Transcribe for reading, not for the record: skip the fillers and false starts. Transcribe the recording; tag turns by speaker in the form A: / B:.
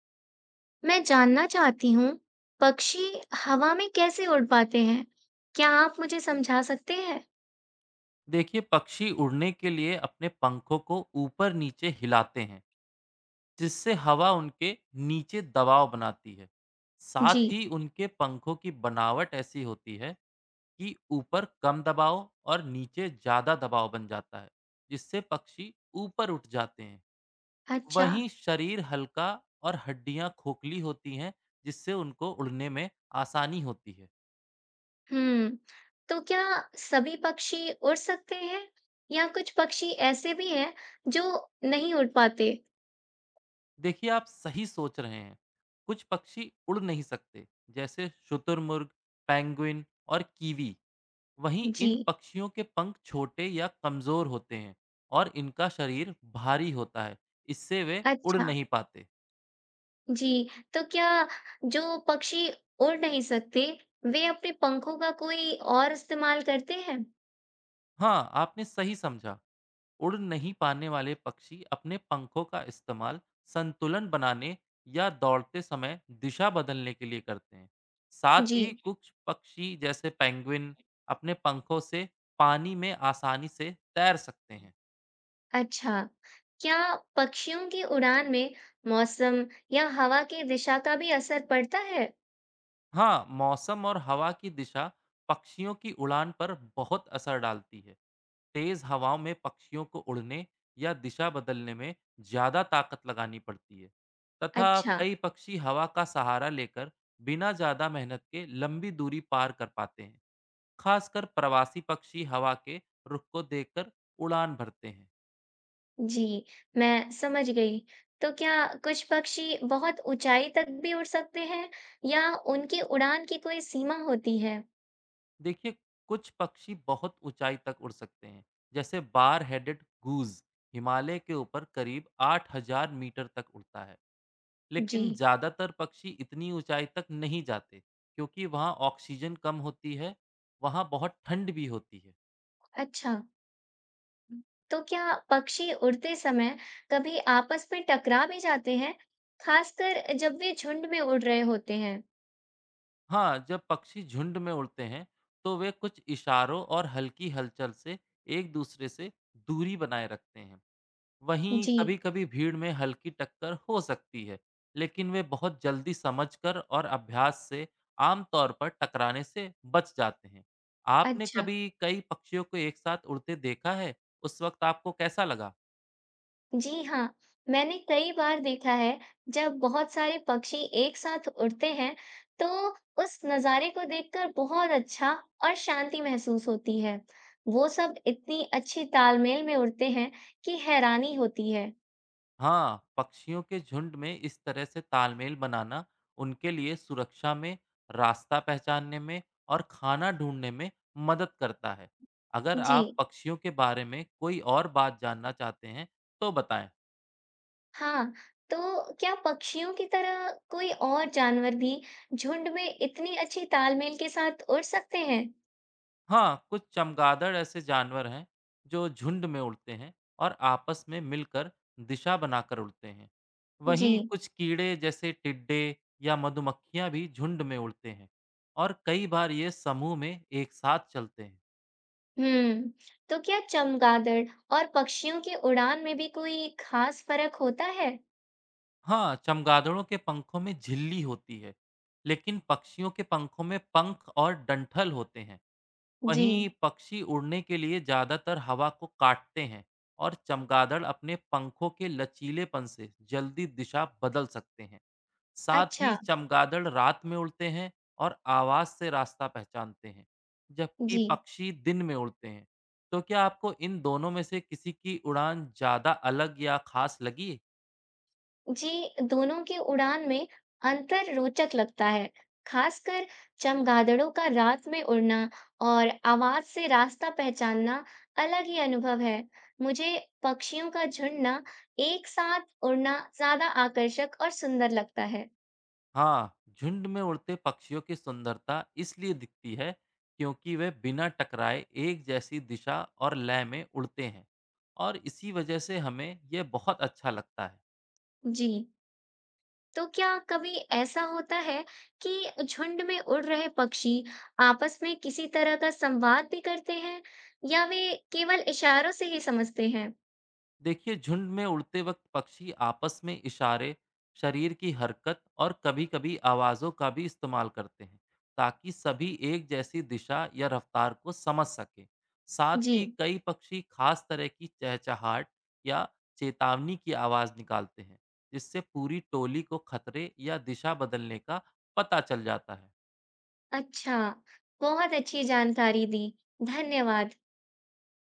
A: मैं जानना चाहती हूँ, पक्षी हवा में कैसे उड़ पाते हैं? क्या आप मुझे समझा सकते हैं?
B: देखिए पक्षी उड़ने के लिए अपने पंखों को ऊपर नीचे हिलाते हैं जिससे हवा उनके नीचे दबाव बनाती है। साथ
A: जी।
B: ही उनके पंखों की बनावट ऐसी होती है कि ऊपर कम दबाव और नीचे ज्यादा दबाव बन जाता है, जिससे पक्षी ऊपर उठ जाते हैं।
A: अच्छा।
B: वहीं शरीर हल्का और हड्डियां खोखली होती हैं, जिससे उनको उड़ने में आसानी होती है।
A: हम्म। तो क्या सभी पक्षी उड़ सकते हैं या कुछ पक्षी ऐसे भी हैं जो नहीं उड़ पाते?
B: देखिए आप सही सोच रहे हैं, कुछ पक्षी उड़ नहीं सकते, जैसे शुतुरमुर्ग, पैंगुइन और कीवी। वहीं
A: जी।
B: इन पक्षियों के पंख छोटे या कमजोर होते हैं और इनका शरीर भारी होता है, इससे वे उड़
A: अच्छा।
B: नहीं पाते।
A: जी। तो क्या जो पक्षी उड़ नहीं सकते, वे अपने पंखों का कोई और इस्तेमाल करते हैं?
B: हाँ आपने सही समझा। उड़ नहीं पाने वाले पक्षी अपने पंखों का इस्तेमाल संतुलन बनाने या दौड़ते समय दिशा बदलने के लिए करते हैं। साथ
A: जी।
B: ही कुछ पक्षी जैसे पेंगुइन अपने पंखों से पानी में आसानी से तैर सकते हैं।
A: अच्छा। क्या पक्षियों की उड़ान में मौसम या हवा की दिशा का भी असर पड़ता है?
B: हाँ मौसम और हवा की दिशा पक्षियों की उड़ान पर बहुत असर डालती है। तेज हवाओं में पक्षियों को उड़ने या दिशा बदलने में ज्यादा ताकत लगानी पड़ती है, तथा
A: अच्छा।
B: कई पक्षी हवा का सहारा लेकर बिना ज्यादा मेहनत के लंबी दूरी पार कर पाते हैं। खासकर प्रवासी पक्षी हवा के रुख को देखकर उड़ान भरते हैं।
A: जी। मैं समझ गई। तो क्या कुछ पक्षी बहुत ऊंचाई तक भी उड़ सकते हैं या उनकी उड़ान की कोई सीमा होती है?
B: देखिए कुछ पक्षी बहुत ऊंचाई तक उड़ सकते हैं, जैसे बार हेडेड गूज हिमालय के ऊपर करीब 8000 मीटर तक उड़ता है। लेकिन
A: जी।
B: ज़्यादातर पक्षी इतनी ऊँचाई तक नहीं जाते, क्योंकि वहाँ ऑक्सीजन कम होती है, वहाँ बहुत ठंड भी होती है।
A: अच्छा। तो क्या पक्षी उड़ते समय कभी आपस में टकरा भी जाते हैं, खासकर जब वे झुंड में उड़ रहे होते हैं?
B: हाँ, जब पक्षी झुंड में उड़ते हैं, तो वे कुछ इशारों और हल्की हलचल से एक-दूसरे से दूरी बनाए रखते हैं। वहीं
A: जी।
B: कभी-कभी भीड़ में हल्की टक्कर हो सकती है, लेकिन वे बहुत जल्दी समझकर और अभ्यास से आम तौर पर टकराने से बच जाते हैं। आपने
A: अच्छा।
B: कभी कई पक्षियों को एक साथ उड़ते देखा है? उस वक़्त आपको कैसा लगा?
A: जी हाँ, मैंने कई बार देखा है। जब बहुत सारे पक्षी एक साथ उड़ते हैं तो उस नज़ारे को देखकर बहुत अच्छा और शांति महसूस होती है। वो सब इतनी अच्छी तालमेल में उड़ते हैं कि हैरानी होती है।
B: हाँ, पक्षियों के झुंड में इस तरह से तालमेल बनाना उनके लिए सुरक्षा में, रास्ता पहचानने में और खाना ढूंढने में मदद करता है। अगर
A: जी
B: आप पक्षियों के बारे में कोई और बात जानना चाहते हैं, तो बताएं।
A: हाँ, तो क्या पक्षियों की तरह कोई और जानवर भी झुंड में इतनी अच्छी तालमेल के साथ उड़ सकते हैं?
B: हाँ, कुछ चमगादड़ ऐसे जानवर हैं जो झुंड में उड़ते हैं और आपस में मिलकर दिशा बनाकर उड़ते हैं।
A: जी।
B: वहीं कुछ कीड़े जैसे टिड्डे या मधुमक्खियां भी झुंड में उड़ते हैं और कई बार ये समूह में एक साथ चलते हैं।
A: हम्म। तो क्या चमगादड़ और पक्षियों की उड़ान में भी कोई खास फर्क होता है?
B: हाँ, चमगादड़ों के पंखों में झिल्ली होती है, लेकिन पक्षियों के पंखों में पंख और डंठल होते हैं।
A: जी।
B: वहीं पक्षी उड़ने के लिए ज़्यादातर हवा को काटते हैं और चमगादड़ अपने पंखों के लचीलेपन से जल्दी दिशा बदल सकते हैं। साथ
A: अच्छा।
B: ही चमगादड़ रात में उड़ते हैं और आवाज़ से रास्ता पहचानते हैं, जबकि
A: जी।
B: पक्षी दिन में उड़ते हैं। तो क्या आपको इन दोनों में से किसी की उड़ान ज़्यादा अलग या खास लगी?
A: जी दोनों की उड़ान में अंतर रोचक लगता है। खासकर चमगादड़ों का रात में उड़ना और आवाज से रास्ता पहचानना अलग ही अनुभव है। मुझे पक्षियों का झुंडना, एक साथ उड़ना ज्यादा आकर्षक और सुंदर लगता है।
B: हाँ, झुंड में उड़ते पक्षियों की सुंदरता इसलिए दिखती है क्योंकि वे बिना टकराए एक जैसी दिशा और लय में उड़ते हैं और इसी वजह से हमें यह बहुत अच्छा लगता है।
A: जी। तो क्या कभी ऐसा होता है कि झुंड में उड़ रहे पक्षी आपस में किसी तरह का संवाद भी करते हैं या वे केवल इशारों से ही समझते हैं?
B: देखिए झुंड में उड़ते वक्त पक्षी आपस में इशारे, शरीर की हरकत और कभी-कभी आवाज़ों का भी इस्तेमाल करते हैं, ताकि सभी एक जैसी दिशा या रफ्तार को समझ सकें। साथ
A: जी।
B: ही कई पक्षी खास तरह की चहचहाट या चेतावनी की आवाज़ निकालते हैं, जिससे पूरी टोली को खतरे या दिशा बदलने का पता चल जाता है।
A: अच्छा। बहुत अच्छी जानकारी दी। धन्यवाद।